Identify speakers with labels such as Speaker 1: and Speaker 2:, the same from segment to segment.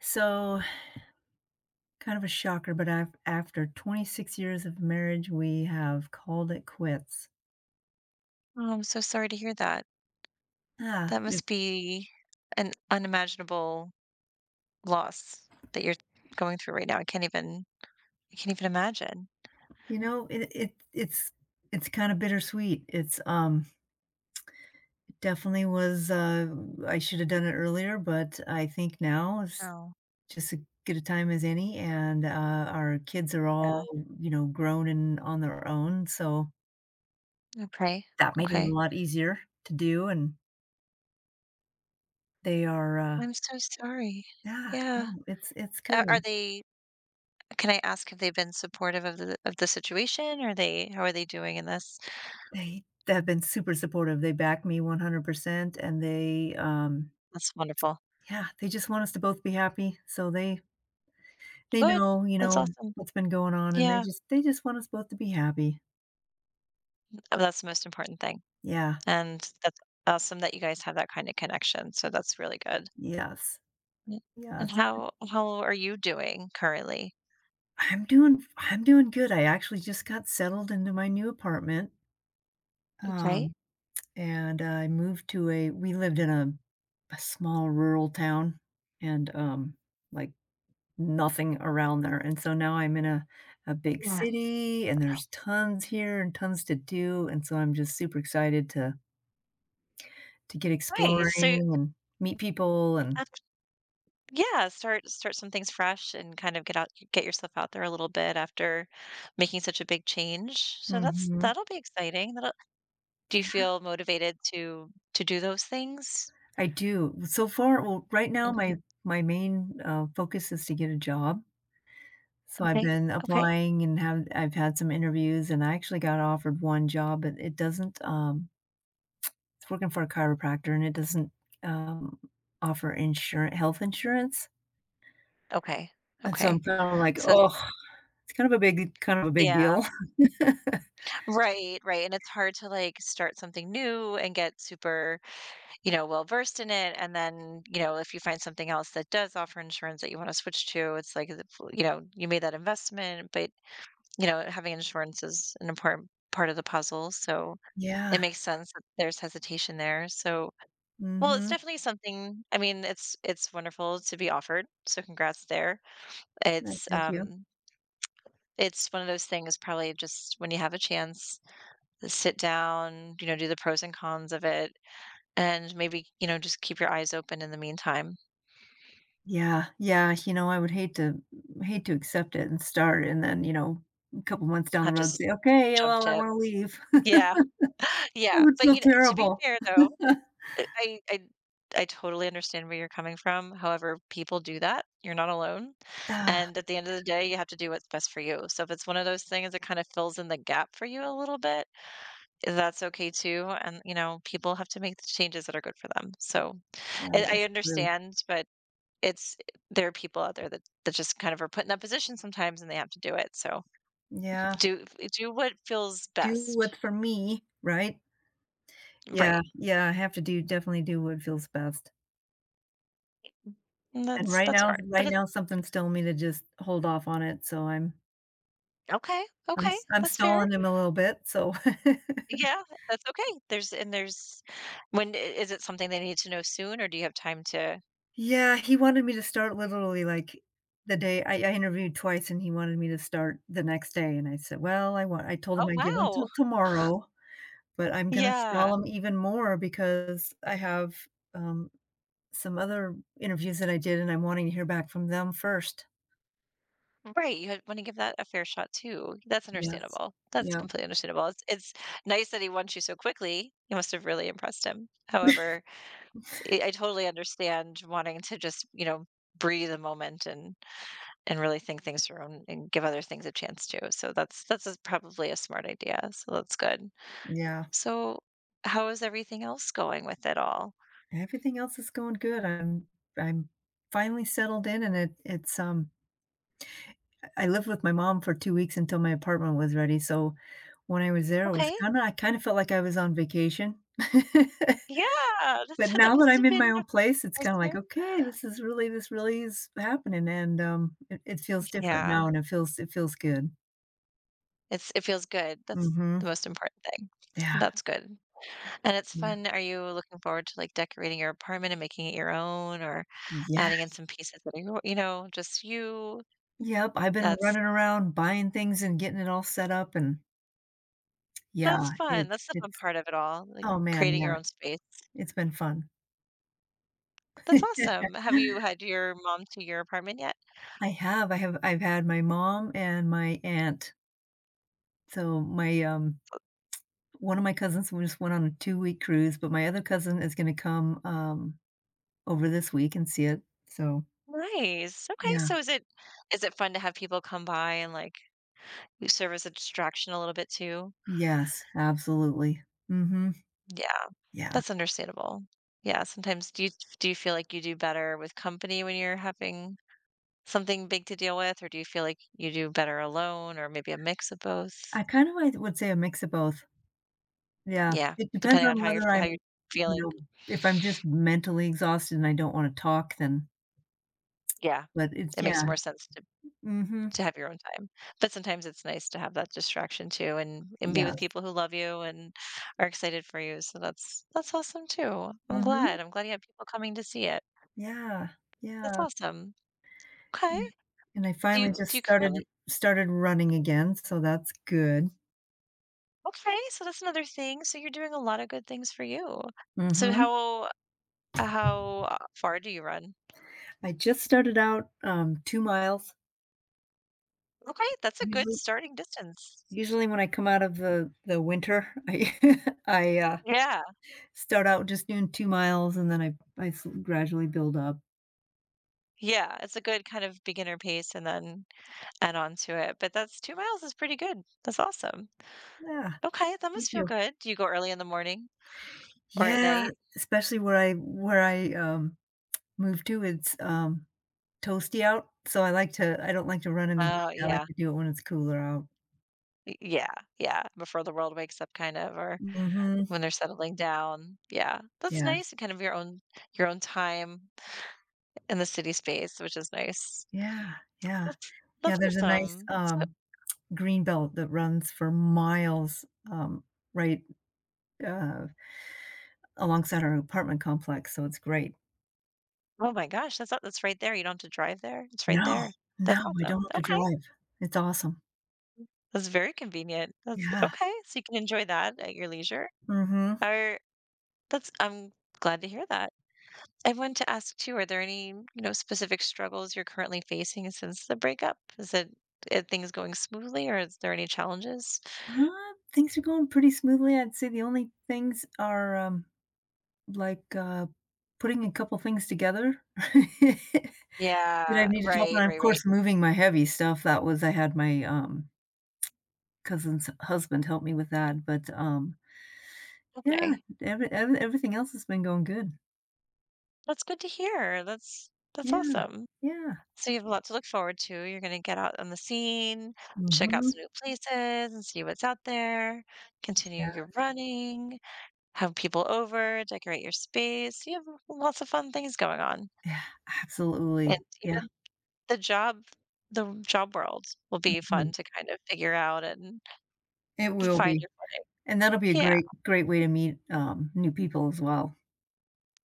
Speaker 1: So, kind of a shocker, but af after 26 years of marriage, we have called it quits.
Speaker 2: Oh, I'm so sorry to hear that.
Speaker 1: Ah,
Speaker 2: That
Speaker 1: it's
Speaker 2: must be an unimaginable loss that you're going through right now. I can't even imagine.
Speaker 1: you know, it it it's it's kinda bittersweet. It's, definitely was, I should have done it earlier, but I think now is
Speaker 2: Oh,
Speaker 1: just as good a time as any, and, our kids are
Speaker 2: yeah.
Speaker 1: all, you know, grown and on their own, so
Speaker 2: Okay.
Speaker 1: that made it a
Speaker 2: Okay.
Speaker 1: lot easier to do, and they are,
Speaker 2: I'm so sorry.
Speaker 1: yeah,
Speaker 2: Yeah.
Speaker 1: no, it's
Speaker 2: Are
Speaker 1: good.
Speaker 2: they can I ask if they've been supportive of the situation? Are they how are they doing in this?
Speaker 1: They've been super supportive, they back me 100%, and they,
Speaker 2: That's wonderful.
Speaker 1: yeah, they just want us to both be happy, so they
Speaker 2: Good.
Speaker 1: know, you
Speaker 2: That's
Speaker 1: know,
Speaker 2: awesome.
Speaker 1: what's been going on, and they
Speaker 2: Yeah.
Speaker 1: just they just want us both to be happy.
Speaker 2: Oh, that's the most important thing,
Speaker 1: Yeah.
Speaker 2: and that's awesome that you guys have that kind of connection, so that's really good.
Speaker 1: Yes.
Speaker 2: Yeah, and
Speaker 1: Yes.
Speaker 2: how are you doing currently?
Speaker 1: I'm doing I'm doing good. I actually just got settled into my new apartment,
Speaker 2: Okay.
Speaker 1: um, and I moved to a we lived in a small rural town, and, like nothing around there, and so now I'm in a big
Speaker 2: Yeah.
Speaker 1: city, and there's tons here and tons to do, and so I'm just super excited to get
Speaker 2: Nice, so
Speaker 1: exploring and meet people and
Speaker 2: aft yeah, start some things fresh and kind of get out get yourself out there a little bit after making such a big change, so that's
Speaker 1: Mhm.
Speaker 2: that'll be exciting, that'll do you
Speaker 1: Yeah,
Speaker 2: feel motivated to do those things?
Speaker 1: I do. So far well, right now,
Speaker 2: Okay,
Speaker 1: my main, focus is to get a job, so I've
Speaker 2: okay,
Speaker 1: been
Speaker 2: okay,
Speaker 1: applying and have I've had some interviews, and I actually got offered one job, but it doesn't. It's working for a chiropractor, and it doesn't, um, offer insurance health insurance.
Speaker 2: okay,
Speaker 1: And so
Speaker 2: okay,
Speaker 1: I'm kinda like,
Speaker 2: so
Speaker 1: oh, it's kind of a big
Speaker 2: yeah.
Speaker 1: deal.
Speaker 2: Right, right, and it's hard to, like, start something new and get super, you know, well versed in it, and then, you know, if you find something else that does offer insurance that you wanna switch to, it's like, is it you know, you made that investment, but, you know, having insurance is an important part of the puzzle, so it
Speaker 1: Yeah.
Speaker 2: makes sense that there's hesitation there, so well, it's
Speaker 1: Mhm.
Speaker 2: definitely something I mean, it's wonderful to be offered, so congrats there. It's,
Speaker 1: Thank you.
Speaker 2: um, it's one of those things probably just when you have a chance sit down, you know, do the pros and cons of it, and maybe, you know, just keep your eyes open in the meantime.
Speaker 1: Yeah, yeah, you know, I would hate to hate to accept it and start and then, you know, a couple months down
Speaker 2: Have
Speaker 1: the
Speaker 2: to
Speaker 1: road
Speaker 2: s
Speaker 1: say, "Okay,
Speaker 2: jump
Speaker 1: well, I
Speaker 2: ship.
Speaker 1: wanna leave."
Speaker 2: Yeah,
Speaker 1: I
Speaker 2: yeah,
Speaker 1: would
Speaker 2: but,
Speaker 1: feel
Speaker 2: you know, to be
Speaker 1: terrible.
Speaker 2: fair, though, uh, I I I totally understand where you're coming from, however, people do that. You're not alone,
Speaker 1: Ah,
Speaker 2: and at the end of the day, you have to do what's best for you. So if it's one of those things that kinda fills in the gap for you a little bit, that's okay too, and, you know, people have to make the changes that are good for them. So,
Speaker 1: yeah,
Speaker 2: I
Speaker 1: that's true.
Speaker 2: understand, but it's there are people out there that that just kind of are put in that position sometimes and they have to do it. So
Speaker 1: Yeah.
Speaker 2: do do what feels
Speaker 1: Do
Speaker 2: best.
Speaker 1: what's for me, right?
Speaker 2: Right.
Speaker 1: Yeah, yeah, I have to do definitely do what feels best.
Speaker 2: And
Speaker 1: And right
Speaker 2: that's
Speaker 1: now
Speaker 2: hard. But
Speaker 1: right
Speaker 2: it's
Speaker 1: now, something's telling me to just hold off on it, so
Speaker 2: okay. Okay.
Speaker 1: I'm
Speaker 2: That's fair.
Speaker 1: stalling him a little bit, so
Speaker 2: Yeah, that's okay. There's and there's when I- is it something they need to know soon or do you have time to
Speaker 1: Yeah, he wanted me to start literally, like, the day I interviewed twice, and he wanted me to start the next day, and I said, "Well, I want" I told
Speaker 2: Oh
Speaker 1: him I'd give him
Speaker 2: wow.
Speaker 1: till tomorrow, but I'm gonna
Speaker 2: Yeah.
Speaker 1: stall him even more because I have, um, some other interviews that I did, and I'm wanting to hear back from them first.
Speaker 2: Right. You want to give that a fair shot too. That's
Speaker 1: Yes.
Speaker 2: understandable. That's
Speaker 1: Yep.
Speaker 2: completely understandable. It's nice that he wants you so quickly. You must have really impressed him. However, I totally understand wanting to just, you know, breathe a moment and really think things through and give other things a chance too. So that's a probably a smart idea. So that's good.
Speaker 1: Yeah.
Speaker 2: So how is everything else going with it all?
Speaker 1: Everything else is going good. I'm finally settled in, and it's I lived with my mom for 2 weeks until my apartment was ready, so when I was there, it was
Speaker 2: Okay.
Speaker 1: kinda I kinda felt like I was on vacation.
Speaker 2: Yeah.
Speaker 1: But
Speaker 2: That's, that
Speaker 1: now that
Speaker 2: must
Speaker 1: I'm
Speaker 2: have
Speaker 1: in
Speaker 2: been
Speaker 1: my
Speaker 2: the
Speaker 1: own place, it's
Speaker 2: first
Speaker 1: kinda like,
Speaker 2: time.
Speaker 1: "Okay, this is really this really is happening," and, it feels different
Speaker 2: Yeah.
Speaker 1: now, and it feels good.
Speaker 2: It's it feels good. That's the
Speaker 1: Mhm.
Speaker 2: most important thing.
Speaker 1: Yeah,
Speaker 2: That's good. And it's
Speaker 1: yeah,
Speaker 2: fun. Are you looking forward to like decorating your apartment and making it your own or
Speaker 1: yeah.
Speaker 2: adding in some pieces that are your- you know, just you?
Speaker 1: Yep, I've been
Speaker 2: That's
Speaker 1: running around buying things and getting it all set up and
Speaker 2: That's
Speaker 1: yeah,
Speaker 2: fun.
Speaker 1: it's
Speaker 2: That's the fun
Speaker 1: it's
Speaker 2: part of it all, like,
Speaker 1: oh, man,
Speaker 2: creating your
Speaker 1: yeah,
Speaker 2: own space.
Speaker 1: it's been fun.
Speaker 2: That's awesome. Have you had your mom to your apartment yet?
Speaker 1: I have I've had my mom and my aunt. So my, one of my cousins we just went on a two-week cruise, but my other cousin is gonna come, over this week and see it. So,
Speaker 2: Nice. Okay,
Speaker 1: yeah.
Speaker 2: so is it fun to have people come by and, like, you serve as a distraction a little bit too?
Speaker 1: Yes, absolutely. Mhm.
Speaker 2: Yeah,
Speaker 1: Yeah.
Speaker 2: that's understandable. Yeah, sometimes do you feel like you do better with company when you're having something big to deal with, or do you feel like you do better alone or maybe a mix of both?
Speaker 1: I kind of like would say a mix of both. Yeah.
Speaker 2: Yeah,
Speaker 1: It depends
Speaker 2: depending on
Speaker 1: on whether
Speaker 2: how
Speaker 1: I'm,
Speaker 2: you're
Speaker 1: you
Speaker 2: feeling.
Speaker 1: know, if I'm just mentally exhausted and I don't wanna talk, then
Speaker 2: Yeah,
Speaker 1: but it's
Speaker 2: it makes
Speaker 1: yeah.
Speaker 2: more sense
Speaker 1: Mhm.
Speaker 2: to have your own time, but sometimes it's nice to have that distraction too and be with
Speaker 1: Yes.
Speaker 2: people who love you and are excited for you, so that's awesome too. I'm glad,
Speaker 1: Mhm.
Speaker 2: I'm glad you have people coming to see it.
Speaker 1: Yeah.
Speaker 2: That's
Speaker 1: Yeah.
Speaker 2: awesome. Okay.
Speaker 1: Yeah, and I finally just
Speaker 2: Do you currently
Speaker 1: started running again, so that's good.
Speaker 2: okay, so that's another thing, so you're doing a lot of good things for you. So
Speaker 1: Mhm.
Speaker 2: how far do you run?
Speaker 1: I just started out, 2 miles.
Speaker 2: Okay, that's a good
Speaker 1: Usually
Speaker 2: starting distance.
Speaker 1: usually when I come out of the winter, I,
Speaker 2: Yeah,
Speaker 1: start out just doing 2 miles, and then I s gradually build up.
Speaker 2: yeah, it's a good kind of beginner pace and then add on to it, but that's 2 miles is pretty good. That's awesome.
Speaker 1: Yeah,
Speaker 2: Okay, that
Speaker 1: thank
Speaker 2: must feel
Speaker 1: you.
Speaker 2: good. Do you go early in the morning or at
Speaker 1: Yeah,
Speaker 2: night?
Speaker 1: especially where I, moved to, it's, toasty out, so I like to I don't like to run in the
Speaker 2: Oh,
Speaker 1: heat, I like
Speaker 2: yeah.
Speaker 1: to do it when it's cooler out.
Speaker 2: Y yeah, yeah, before the world wakes up kind of or
Speaker 1: Mhm,
Speaker 2: when they're settling down. Yeah, that's
Speaker 1: yeah.
Speaker 2: nice and kind of your own time in the city space, which is nice.
Speaker 1: Yeah, yeah.
Speaker 2: That's
Speaker 1: Yeah,
Speaker 2: that's
Speaker 1: there's a nice,
Speaker 2: awesome. So
Speaker 1: green belt that runs for miles, um, right, uh, alongside our apartment complex, so it's great.
Speaker 2: oh my gosh, that's right there. You don't have to drive there. It's right
Speaker 1: No,
Speaker 2: there. That's
Speaker 1: no, I don't
Speaker 2: awesome.
Speaker 1: have to
Speaker 2: Okay.
Speaker 1: drive. It's awesome.
Speaker 2: That's very convenient. That's
Speaker 1: Yeah.
Speaker 2: okay, so you can enjoy that at your leisure.
Speaker 1: mm Mhm.
Speaker 2: Or that's I'm glad to hear that. I wanted to ask too, are there any, you know, specific struggles you're currently facing since the breakup? Is it are things going smoothly or is there any challenges?
Speaker 1: Things are going pretty smoothly. I'd say the only things are, like, putting a couple things together that I
Speaker 2: Yeah,
Speaker 1: needed help
Speaker 2: right,
Speaker 1: and of
Speaker 2: right, right.
Speaker 1: course, moving my heavy stuff. That was I had my, cousin's husband help me with that, but, Yeah,
Speaker 2: Okay.
Speaker 1: every everything else has been going good.
Speaker 2: That's good to hear. That's
Speaker 1: Yeah,
Speaker 2: awesome.
Speaker 1: yeah.
Speaker 2: So you have a lot to look forward to. You're going to get out on the scene, check out
Speaker 1: Mhm.
Speaker 2: some new places and see what's out there, continue
Speaker 1: Yeah,
Speaker 2: your running, have people over, decorate your space. You have lots of fun things going on.
Speaker 1: yeah,
Speaker 2: And
Speaker 1: absolutely. Yeah,
Speaker 2: even the job the job world will be fun
Speaker 1: mhm.
Speaker 2: to kind of figure out and
Speaker 1: It
Speaker 2: to
Speaker 1: will
Speaker 2: find
Speaker 1: be,
Speaker 2: your
Speaker 1: and that'll be a
Speaker 2: Yeah.
Speaker 1: great way to meet, new people as well.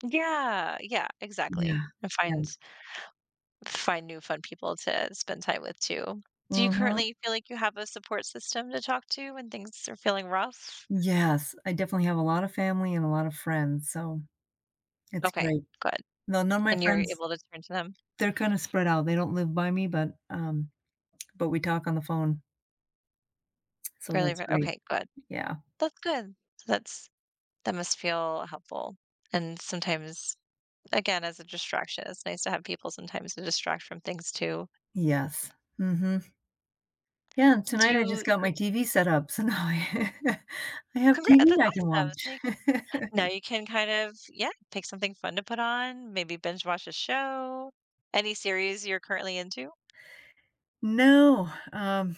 Speaker 2: Yeah, yeah, exactly.
Speaker 1: Yeah,
Speaker 2: And find
Speaker 1: yeah.
Speaker 2: find new fun people to spend time with too. Do you
Speaker 1: Mhm.
Speaker 2: currently feel like you have a support system to talk to when things are feeling rough?
Speaker 1: Yes, I definitely have a lot of family and a lot of friends, so it's
Speaker 2: Okay,
Speaker 1: great.
Speaker 2: good.
Speaker 1: Though none of my
Speaker 2: And you're
Speaker 1: friends,
Speaker 2: able to turn to them
Speaker 1: they're kinda spread out, they don't live by me, but we talk on the phone, so
Speaker 2: fairly
Speaker 1: that's
Speaker 2: re
Speaker 1: great.
Speaker 2: Okay, good.
Speaker 1: Yeah.
Speaker 2: That's good. That's that must feel helpful. And sometimes, again, as a distraction, it's nice to have people sometimes to distract from things too.
Speaker 1: Yes. Mhm. Yeah, and
Speaker 2: Do
Speaker 1: tonight I just got
Speaker 2: you
Speaker 1: my TV set up, so now I I have
Speaker 2: Congra that's
Speaker 1: TV I can
Speaker 2: awesome.
Speaker 1: watch.
Speaker 2: So you can now you can kind of, yeah, pick something fun to put on, maybe binge watch a show. Any series you're currently into?
Speaker 1: No,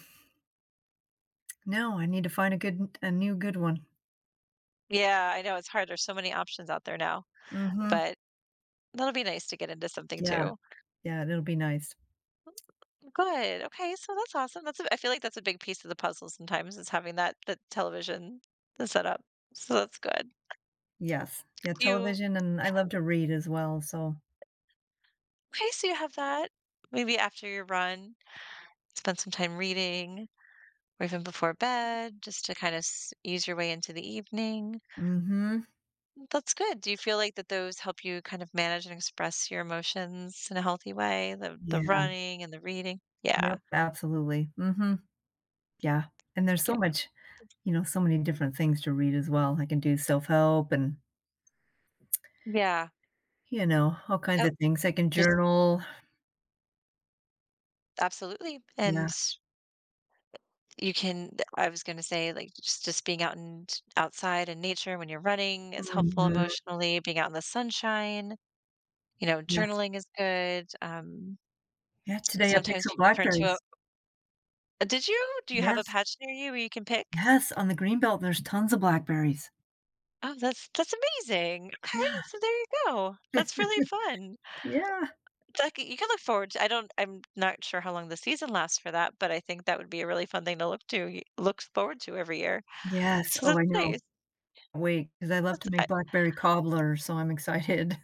Speaker 1: no, I need to find a good a new good one.
Speaker 2: Yeah, I know it's hard. There's so many options out there now,
Speaker 1: Mm Mhm.
Speaker 2: but that'll be nice to get into something
Speaker 1: Yeah,
Speaker 2: too.
Speaker 1: yeah, it'll be nice.
Speaker 2: Good. Okay, so that's awesome. That's a I feel like that's a big piece of the puzzle sometimes is having that television set up. So that's good.
Speaker 1: Yes. Yeah,
Speaker 2: You
Speaker 1: television, and I love to read as well, so
Speaker 2: okay, so you have that. Maybe after your run, spend some time reading. Or even before bed, just to kind of s- ease your way into the evening.
Speaker 1: mm Mhm.
Speaker 2: That's good. Do you feel like that those help you kind of manage and express your emotions in a healthy way? The
Speaker 1: Yeah.
Speaker 2: running and the reading. Yeah.
Speaker 1: Yep, absolutely. Mm Mhm. Yeah, and there's
Speaker 2: Yeah.
Speaker 1: so much you know, so many different things to read as well. I can do self-help and,
Speaker 2: Yeah.
Speaker 1: you know, all kinds
Speaker 2: Yep.
Speaker 1: of things. I can
Speaker 2: Just
Speaker 1: journal.
Speaker 2: absolutely. And
Speaker 1: Yeah.
Speaker 2: you can I was going to say like just being out and outside in nature when you're running is
Speaker 1: mm
Speaker 2: helpful
Speaker 1: Mhm.
Speaker 2: emotionally, being out in the sunshine, you know,
Speaker 1: Yes.
Speaker 2: journaling is good.
Speaker 1: Yeah, today I picked
Speaker 2: Sometimes
Speaker 1: some
Speaker 2: people turn to
Speaker 1: blackberries.
Speaker 2: a did you do you have a
Speaker 1: Yes,
Speaker 2: patch near you where you can pick?
Speaker 1: yes, on the greenbelt, there's tons of blackberries.
Speaker 2: Oh, that's amazing. Okay,
Speaker 1: Yeah.
Speaker 2: so there you go. That's really fun.
Speaker 1: Yeah.
Speaker 2: It's like you can look forward to I don't I'm not sure how long the season lasts for that, but I think that would be a really fun thing to look to y- look forward to every year.
Speaker 1: Yes,
Speaker 2: So
Speaker 1: oh, I
Speaker 2: that's
Speaker 1: know.
Speaker 2: nice.
Speaker 1: Wait, because I love
Speaker 2: That's
Speaker 1: to
Speaker 2: I,
Speaker 1: make blackberry cobbler, so I'm excited.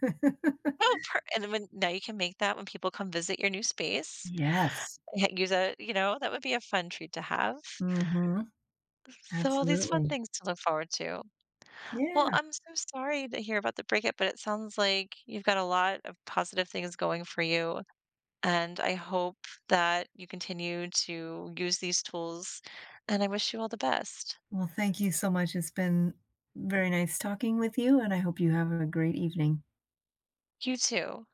Speaker 2: oh, per, and then when now you can make that when people come visit your new space.
Speaker 1: Yes.
Speaker 2: Ha- Use a, you know, that would be a fun treat to have.
Speaker 1: mm Mhm,
Speaker 2: So all these fun
Speaker 1: absolutely.
Speaker 2: things to look forward to. Well,
Speaker 1: Yeah.
Speaker 2: I'm so sorry to hear about the breakup, but it sounds like you've got a lot of positive things going for you. And I hope that you continue to use these tools, and I wish you all the best.
Speaker 1: Well, thank you so much. It's been very nice talking with you, and I hope you have a great evening.
Speaker 2: You too.